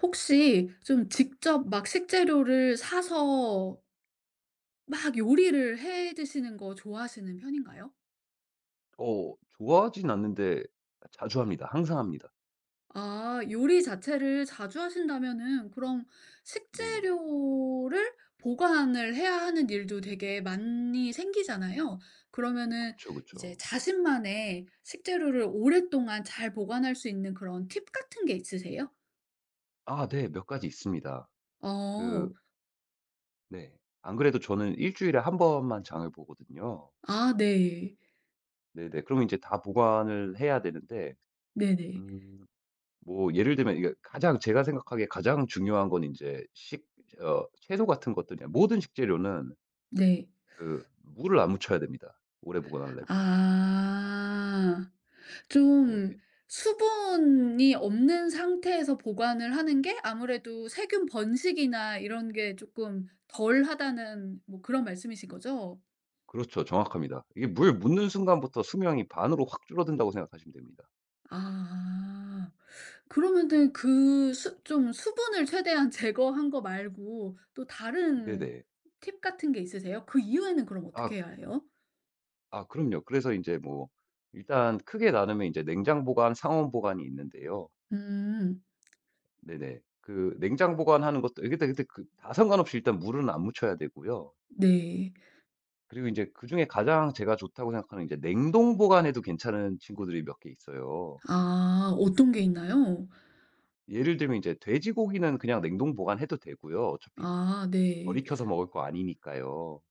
혹시 좀 직접 막 식재료를 사서 막 요리를 해 드시는 거 좋아하시는 편인가요? 좋아하진 않는데 자주 합니다. 항상 합니다. 아, 요리 자체를 자주 하신다면은 그럼 네네. 식재료를 보관을 해야 하는 일도 되게 많이 생기잖아요. 그러면은 그쵸, 이제 그쵸. 자신만의 식재료를 오랫동안 잘 보관할 수 있는 그런 팁 같은 게 있으세요? 아 네. 몇 가지 있습니다. 그 어. 네. 안 그래도 저는 일 주일에 한 번만 장을 보거든요. 아 네. 네네. 그러면 제다 보관을 해야 되는데 네네. 음 뭐 예를 들면 이게 가장 제가 생각하기에 가장 중요한 건 이제 식 어 채소 같은 것들이 모든 식재료는 네. 물을 안 묻혀야 됩니다, 오래 보관하려면. 아. 네, 좀 수분이 없는 상태에서 보관을 하는 게 아무래도 세균 번식이나 이런 게 쪼끔 덜하다는 뭐 그런 말씀이신 거죠? 그렇죠. 정확합니다. 이게 물 묻는 순간부터 수명이 반으로 확 줄어든다고 생각하시면 됩니다. 아. 그러면은 그 수 좀 수분을 최대한 제거한 거 말고 또 다른 네네. 팁 같은 게 있으세요? 그 이후에는 그럼 어떻게 해야 아 해요? 아 그럼요. 그래서 이제 뭐 일단 크게 나누면 이제 냉장 보관, 상온 보관이 있는데요. 음. 네네. 냉장 보관하는 것도 이게 다 근데 그 다 상관없이 일단 물은 안 묻혀야 되고요. 네. 그리고 이제 그중에 가장 제가 좋다고 생각하는 이제 냉동 보관해도 괜찮은 친구들이 몇 개 있어요. 아 어떤 게 있나요? 예를 들면 이제 돼지고기는 그냥 냉동 보관해도 되고요. 어차피 아 네. 얼이켜서 먹을 거 아니니까요.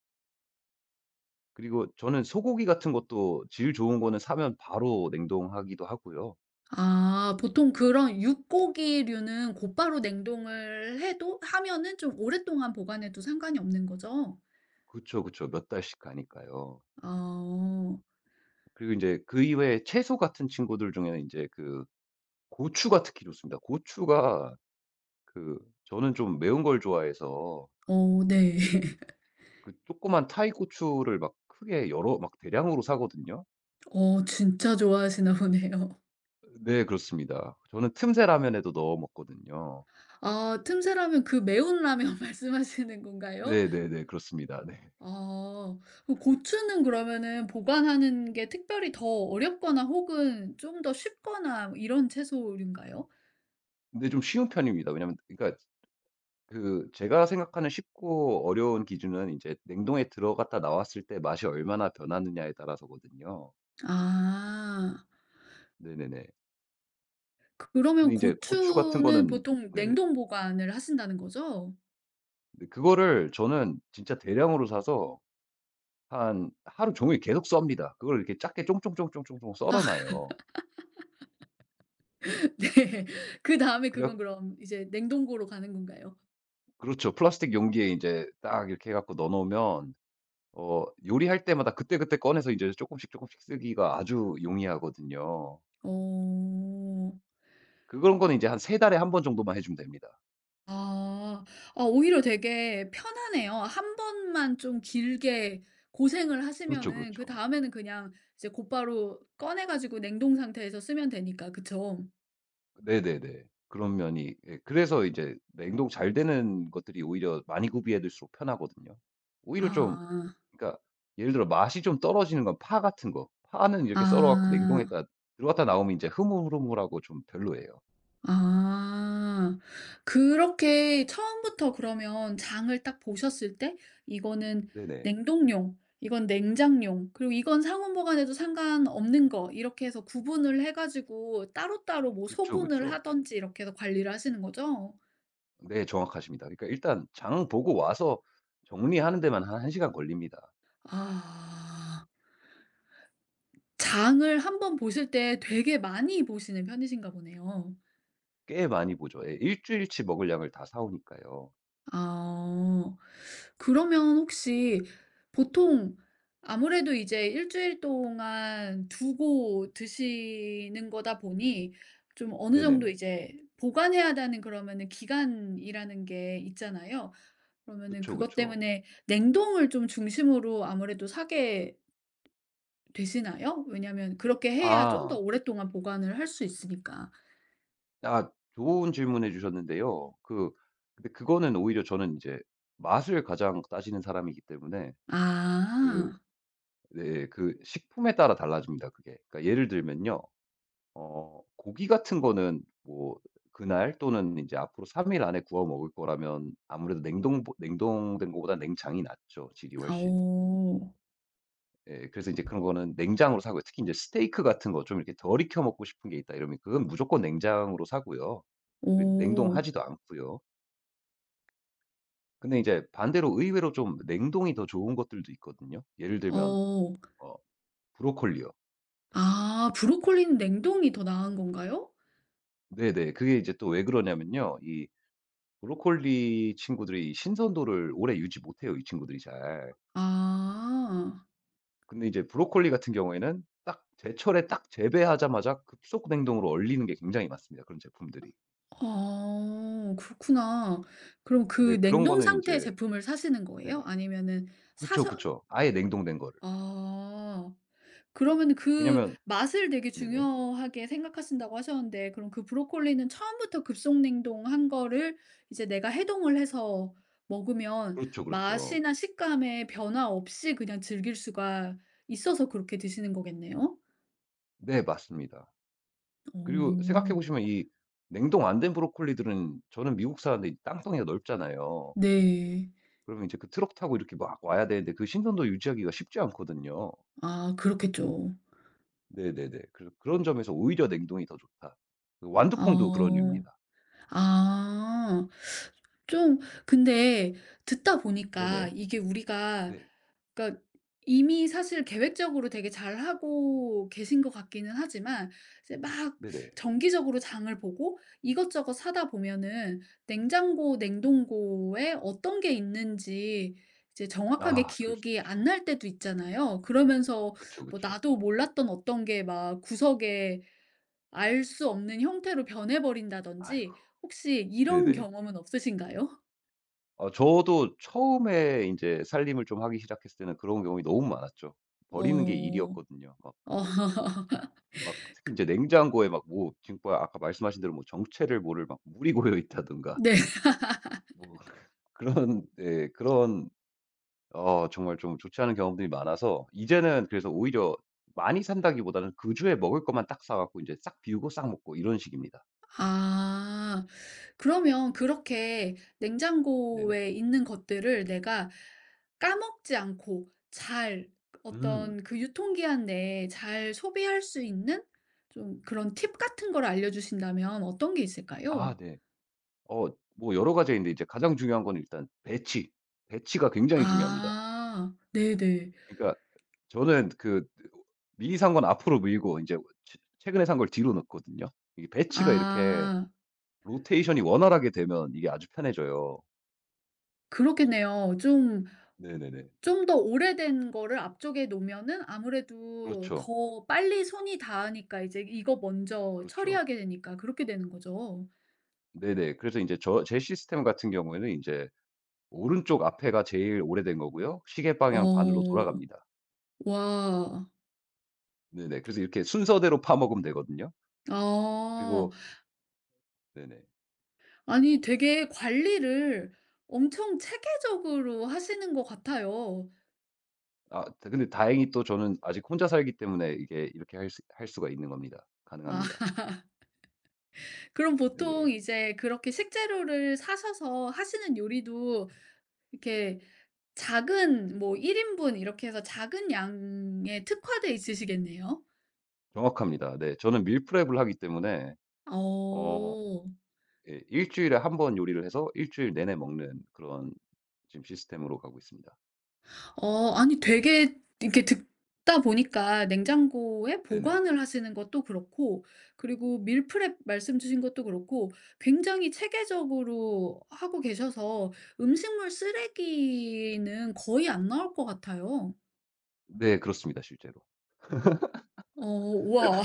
그리고 저는 소고기 같은 것도 질 좋은 거는 사면 바로 냉동하기도 하고요. 아, 보통 그런 육고기류는 곧바로 냉동을 해도 하면은 좀 오랫동안 보관해도 상관이 없는 거죠? 그쵸, 그쵸. 몇 달씩 가니까요. 아. 그리고 이제 그 이외에 채소 같은 친구들 중에는 이제 고추가 특히 좋습니다. 고추가 그 저는 좀 매운 걸 좋아해서 어 어, 네. 그 그 조그만 타이 고추를 막 크게 여러 막 대량으로 사거든요. 어, 진짜 좋아하시나 보네요. 네 그렇습니다. 저는 틈새 라면에도 넣어 먹거든요. 아, 틈새 라면 그 매운 라면 말씀하시는 건가요? 네네네. 그렇습니다. 네. 아. 그 고추는 그러면은 보관하는 게 특별히 더 어렵거나 혹은 좀 더 쉽거나 뭐 이런 채소류인가요? 근데 좀 쉬운 편입니다. 왜냐면 그러니까 제가 생각하는 쉽고 어려운 기준은 이제 냉동에 들어갔다 나왔을 때 맛이 얼마나 변하느냐에 따라서거든요. 아. 네네네. 그러면 근데 이제 고추 같은 고추는 거는 보통 네. 냉동 보관을 하신다는 거죠? 근데 그거를 저는 진짜 대량으로 사서 한 하루 종일 계속 썹니다. 그걸 이렇게 작게 쫑쫑쫑쫑쫑쫑 썰어 아 놔요. 네. 그다음에 그건 그래 그럼 이제 냉동고로 가는 건가요? 그렇죠. 플라스틱 용기에 이제 딱 이렇게 해 갖고 넣어 놓으면 요리할 때마다 그때그때 꺼내서 이제 조금씩 조금씩 쓰기가 아주 용이하거든요. 어. 그런 거는 제한 3 달에 한 번 정도만 해 주면 됩니다. 아. 아, 오히려 되게 편하네요. 한 번만 좀 길게 고생을 그렇죠, 하시면은 그렇죠. 그다음에는 그냥 이제 곧바로 꺼내 가지고 냉동 상태에서 쓰면 되니까. 그쵸? 네네네. 그런 면이 예 그래서 이제 냉동 잘 되는 것들이 오히려 많이 구비해 둘수록 편하거든요. 오히려 좀 아. 그러니까 예를 들어 맛이 좀 떨어지는 건 파 같은 거. 파는 이렇게 썰어 갖고 냉동 아. 했다 들어갔다 나오면 인제 흐물흐물하고 좀 별로예요. 아. 그렇게 처음부터 그러면 장을 딱 보셨을 때 이거는 네네. 냉동용, 이건 냉장용, 그리고 이건 상온 보관해도 상관없는 거 이렇게 해서 구분을 해 가지고 따로따로 뭐 그쵸, 소분을 그쵸. 하든지 이렇게 해서 관리를 하시는 거죠? 네 정확하십니다. 그러니까 일단 장 보고 와서 정리하는 데만 한 한 시간 걸립니다. 아. 장을 한번 보실 때 되게 많이 보시는 편이신가 보네요. 꽤 많이 보죠. 예. 주일치 먹을 양을 다 사 오니까요. 아. 그러면 혹시 보통 아무래도 이제 일 주일 동안 두고 드시는 거다 보니 좀 어느 정도 네네네. 이제 보관해야 하는 그러면은 기간이라는 게 있잖아요. 그러면은 그쵸, 그것 그쵸. 때문에 냉동을 좀 중심으로 아무래도 사게 되시나요? 왜냐면 그렇게 해야 좀 더 아. 오랫동안 보관을 할 수 있으니까. 아 좋은 질문해 주셨는데요. 근데 그거는 오히려 저는 인제 맛을 가장 따지는 사람이기 때문에 그 아. 네. 식품에 따라 달라집니다 그게. 그러니까 예를 들면요. 고기 같은 거는 뭐 그날 또는 이제 앞으로 3일 안에 구워 먹을 거라면 아무래도 냉동된 거보다 냉장이 낫죠 질이 아 훨씬. 오 예. 그래서 이제 그런 거는 냉장으로 사고요. 특히 이제 스테이크 같은 거 좀 이렇게 덜 익혀 먹고 싶은 게 있다 이러면 그건 무조건 냉장으로 사고요. 그리고 냉동하지도 않고요. 근데 이제 반대로 의외로 좀 냉동이 더 좋은 것들도 있거든요. 예를 들면 어. 어 브로콜리요. 아, 브로콜리는 냉동이 더 나은 건가요? 네네. 그게 이제 또 왜 그러냐면요. 이 브로콜리 친구들이 신선도를 오래 유지 못해요, 이 친구들이 잘. 아. 근데 이제 브로콜리 같은 경우에는 딱 제철에 딱 재배하자마자 급속 냉동으로 얼리는 게 굉장히 많습니다, 그런 제품들이. 어, 그렇구나. 그럼 그 네 그런 냉동 거는 인제 상태의 제품을 사시는 네네. 거예요? 아니면은 사 그쵸, 서 그쵸. 아예 냉동된 거를. 아. 그러면 그 왜냐면 맛을 되게 네네. 중요하게 생각하신다고 하셨는데 그럼 그 브로콜리는 처음부터 급속 냉동한 거를 이제 내가 해동을 해서 먹으면 그렇죠, 그렇죠. 맛이나 식감에 변화 없이 그냥 즐길 수가 있어서 그렇게 드시는 거겠네요? 네 맞습니다. 그리고 생각해 오. 보시면 이 냉동 안 된 브로콜리들은 저는 미국 사는데 이 땅덩이가 넓잖아요. 네. 그러면 이제 그 트럭 타고 이렇게 막 와야 되는데 그 신선도 유지하기가 쉽지 않거든요. 아, 그렇겠죠. 네네네. 그래서 그런 점에서 오히려 냉동이 더 좋다. 그 완두콩도 그런 어. 유입니다. 아. 좀 근데 듣다 보니까 네네. 이게 우리가 네. 그러니까 이미 사실 계획적으로 되게 잘하고 계신 것 같기는 하지만 이제 막 네네. 정기적으로 장을 보고 이것저것 사다 보면은 냉장고, 냉동고에 어떤 게 있는지 이제 정확하게 아 그럴 수 기억이 안 있죠. 날 때도 있잖아요. 그러면서 그쵸, 뭐 그쵸. 나도 몰랐던 어떤 게 막 구석에 알 수 없는 형태로 변해 아이고. 버린다든지 혹시 이런 네네. 경험은 없으신가요? 아 저도 처음에 인제 살림을 좀 하기 시작했을 때는 그런 경우가 너무 많았죠. 버리는 게 어. 일이었거든요. 막 어. 막 특히 인제 냉장고에 막 뭐 지금껏 아까 말씀하신 대로 뭐 정체를 모를 막 물이 고여 있다든가 네. 뭐 그런 정말 좀 좋지 않은 경험들이 많아서 이제는 그래서 오히려 많이 산다기보다는 그 주에 먹을 것만 딱 사 갖고 이제 싹 비우고 싹 먹고 이런 식입니다. 아. 그러면 그렇게 네네. 냉장고에 있는 것들을 내가 까먹지 않고 잘 음. 어떤 그 유통기한 내에 잘 소비할 수 있는 좀 그런 팁 같은 걸 알려주신다면 어떤 게 아 있을까요? 네. 어 뭐 여러 가지인 있는데 이제 가장 중요한 건 일단 배치. 배치가 굉장히 중요합니다. 아. 네네. 그러니까 저는 미리 산 건 앞으로 밀고 이제 최 최근에 산 걸 뒤로 넣거든요. 이게 배치가 이렇게 아. 로테이션이 원활하게 되면 이게 아주 편해져요. 그렇겠네요. 좀 네네네. 좀 더 오래된 거를 앞쪽에 놓으면은 아무래도 그렇죠. 더 빨리 손이 닿으니까 이제 이거 먼저 그렇죠. 처리하게 되니까 그렇게 되는 거죠. 네네. 그래서 인제 제 시스템 같은 경우에는 인제 오른쪽 앞에가 제일 오래된 거고요. 시계 방향 반으로 어. 돌아갑니다. 와. 네네. 그래서 이렇게 순서대로 파먹으면 되거든요. 아. 그리고 네네. 아니, 되게 관리를 엄청 체계적으로 하시는 것 같아요. 아 다 근데 다행히 또 저는 아직 혼자 살기 때문에 이게 이렇게 할 수가 있는 겁니다. 아 가능합니다. 그럼 보통 예 이제 그렇게 식재료를 사셔서 하시는 요리도 이렇게 작은 뭐 1 인분 이렇게 해서 작은 양에 특화돼 있으시겠네요? 정확합니다. 네. 저는 밀프렙을 하기 때문에 어 어. 예 일 주일에 한번 요리를 해서 일 주일 내내 먹는 그런 지금 시스템으로 가고 있습니다. 어, 아니 되게 이렇게 듣다 보니까 냉장고에 네네. 보관을 하시는 것도 그렇고 그리고 밀프렙 말씀 주신 것도 그렇고 굉장히 체계적으로 하고 계셔서 음식물 쓰레기는 거의 안 나올 것 같아요. 네 그렇습니다 실제로. 어. 우와.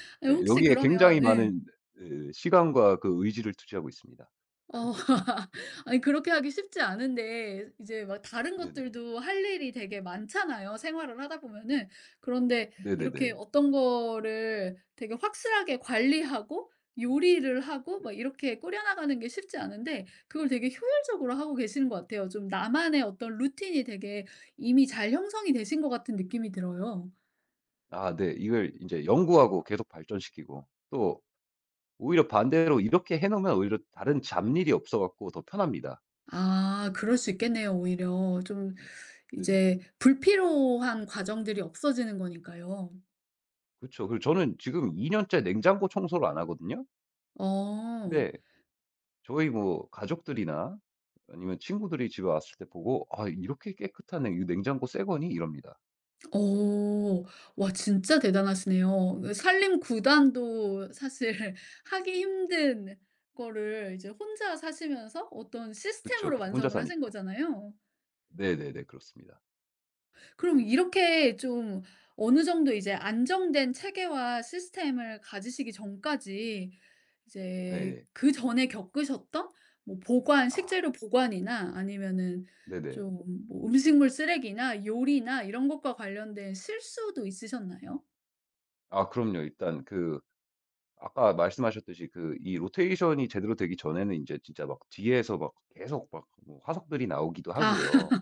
예 혹시 여기에 굉장히 그러면 예. 많은 예 시간과 그 의지를 투자하고 있습니다. 어. 아니 그렇게 하기 쉽지 않은데 이제 막 다른 네네. 것들도 할 일이 되게 많잖아요, 생활을 하다 보면은. 그런데 이렇게 네네네. 어떤 거를 되게 확실하게 관리하고 요리를 하고 막 이렇게 꾸려 나가는 게 쉽지 않은데 그걸 되게 효율적으로 하고 계시는 것 같아요. 좀 나만의 어떤 루틴이 되게 이미 잘 형성이 되신 것 같은 느낌이 들어요. 아 네. 이걸 인제 연구하고 계속 발전시키고 또 오히려 반대로 이렇게 해 놓으면 오히려 다른 잡일이 없어 갖고 더 편합니다. 아, 그럴 수 있겠네요, 오히려. 좀 네. 네. 이제 불필요한 과정들이 없어지는 거니까요. 그쵸. 그리고 저는 지금 2 년째 냉장고 청소를 안 하거든요. 어. 근데 저희 뭐 가족들이나 아니면 친구들이 집에 왔을 때 보고 "아 이렇게 깨끗하네. 이거 냉장고 새 거니?" 이럽니다. 어. 와, 진짜 대단하시네요. 그 산림 구단도 사실 하기 힘든 거를 이제 혼자 사시면서 어떤 그쵸, 시스템으로 그쵸. 혼자 완성을 하신 사니까. 거잖아요. 네네네. 그렇습니다. 그럼 이렇게 좀 어느 정도 이제 안정된 체계와 시스템을 가지시기 전까지 이제 예예. 그전에 겪으셨던 뭐 보관 아 식재료 보관이나 아니면은 네네. 좀 뭐 음식물 쓰레기나 요리나 이런 것과 관련된 실수도 있으셨나요? 아 그럼요. 일단 아까 말씀하셨듯이 그 이 로테이션이 제대로 되기 전에는 이제 진짜 막 뒤에서 막 계속 막뭐 화석들이 나오기도 아. 하고요.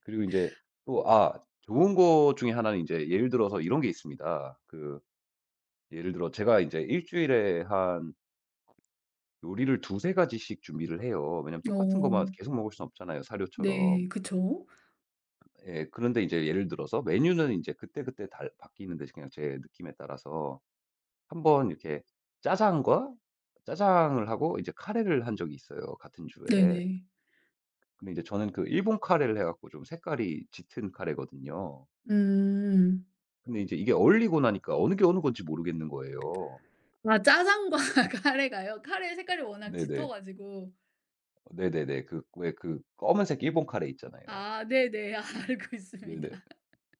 그리고 이제 또 아 좋은 거 중에 하나는 이제 예를 들어서 이런 게 있습니다. 예를 들어 제가 이제 일 주일에 한 요리를 두세 가지씩 준비를 해요. 왜냐면 똑같은 것만 어. 계속 먹을 순 없잖아요, 네. 사료처럼. 그쵸. 예. 그런데 이제 예를 들어서 메뉴는 이제 그때그때 달 바뀌는 대신 그냥 제 느낌에 따라서 한번 이렇게 짜장과 짜장을 하고 이제 카레를 한 적이 있어요, 같은 주에. 네네. 근데 이제 저는 그 일본 카레를 해 갖고 좀 색깔이 짙은 카레거든요. 음. 근데 이제 이게 얼리고 나니까 어느 게 어느 건지 모르겠는 거예요. 아, 짜장과 카레가요? 카레 색깔이 워낙 짙어 네네. 가지고. 네네네. 그 왜 그 검은색 일본 카레 있잖아요. 아 네네. 알고 네네. 있습니다.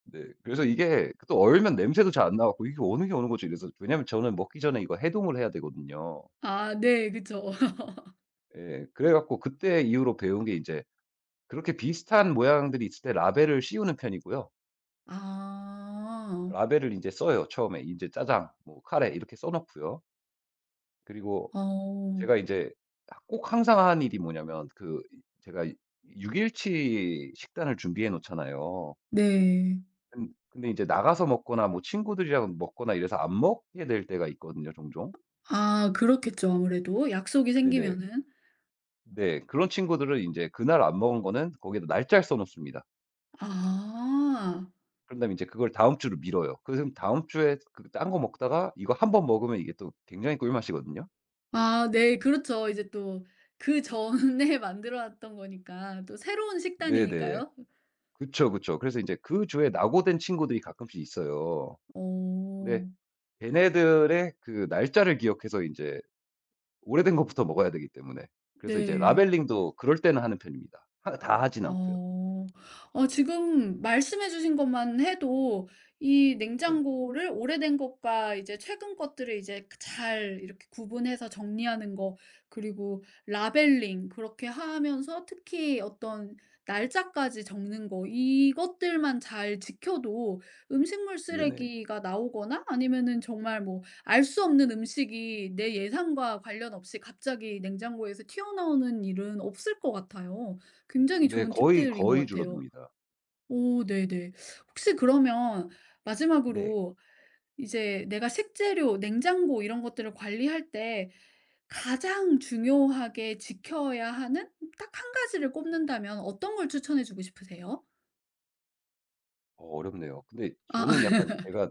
네. 그래서 이게 그 또 얼면 냄새도 잘 안 나 갖고 이게 어느 게 어느 거지 이래서 왜냐면 저는 먹기 전에 이거 해동을 해야 되거든요. 아 네. 그쵸. 예. 그래 갖고 그때 이후로 배운 게이제 그렇게 비슷한 모양들이 있을 때 라벨을 씌우는 편이고요. 아. 라벨을 인제 써요 처음에. 인제 "짜장." 뭐 "카레." 이렇게 써 놓고요. 그리고 어. 제가 인제 하 꼭 항상 하는 일이 뭐냐면 그 이 제가 6 육일치 식단을 준비해 놓잖아요. 네. 근 근데 이제 나가서 먹거나 뭐 친구들이랑 먹거나 이래서 안 먹게 될 때가 있거든요 종종. 아, 그렇겠죠, 아무래도 약속이 네네. 생기면은. 네. 그런 친구들은 인제 그날 안 먹은 거는 거기에다 날짜를 써 놓습니다. 아. 그런 다음에 이제 그걸 다음 주로 미뤄요. 그래서 다음 주에 그 딴 거 먹다가 이거 한번 먹으면 이게 또 굉장히 꿀맛이거든요. 아 네. 그렇죠. 이제 또 그전에 만들어 놨던 거니까 또 새로운 네네. 식단이니까요. 그쵸, 그쵸. 그래서 인제 그 주에 낙오된 친구들이 가끔씩 있어요. 어. 근데 걔네들의 그 날짜를 기억해서 인제 오래된 것부터 먹어야 되기 때문에 그래서 이제 네. 라벨링도 그럴 때는 하는 편입니다. 하 다 하진 않고요. 어, 어, 지금 말씀해주신 것만 해도 이 네네. 냉장고를 오래된 것과 이제 최근 것들을 이제 잘 이렇게 구분해서 정리하는 거, 그리고 라벨링, 그렇게 하면서 특히 어떤 날짜까지 적는 거, 이것들만 잘 지켜도 음식물 네네. 쓰레기가 나오거나 아니면은 정말 뭐 알 수 없는 음식이 내 예상과 관련 없이 갑자기 냉장고에서 튀어나오는 일은 없을 것 같아요. 굉장히 네 좋은 거의, 팁들인 것 거의 같아요. 줄어듭니다. 오 네네. 혹시 그러면 네. 마지막으로 이제 내가 식재료, 냉장고 이런 것들을 관리할 때 가장 중요하게 지켜야 하는 딱 한 가지를 꼽는다면 어떤 걸 추천해 주고 싶으세요? 어렵네요. 근데 아. 저는 약간 제가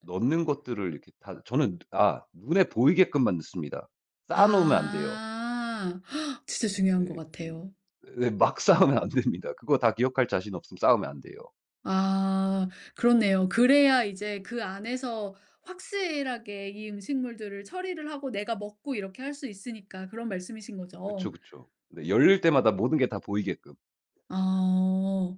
넣는 것들을 이렇게 다 저는 눈에 보이게끔만 넣습니다. 쌓아 놓으면 안 돼요. 아. 진짜 중요한 것 예. 이 같아요. 네 막 쌓으면 안 됩니다. 그거 다 기억할 자신 없으면 쌓으면 안 돼요. 아, 그렇네요. 그래야 이제 그 안에서 확실하게 이 음식물들을 처리를 하고 내가 먹고 이렇게 할 수 있으니까 그런 말씀이신 거죠. 그쵸, 그쵸. 네 열릴 때마다 모든 게 다 보이게끔. 아.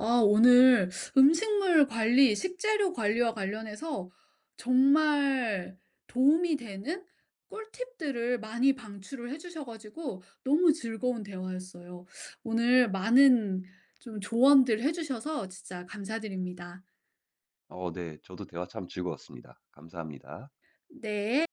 아 오늘 음식물 관리, 식재료 관리와 관련해서 정말 도움이 되는 꿀팁들을 많이 방출을 해 주셔 가지고 너무 즐거운 대화였어요. 오늘 많은 좀 조언들 해 주셔서 진짜 감사드립니다. 네. 저도 대화 참 즐거웠습니다. 감사합니다. 네.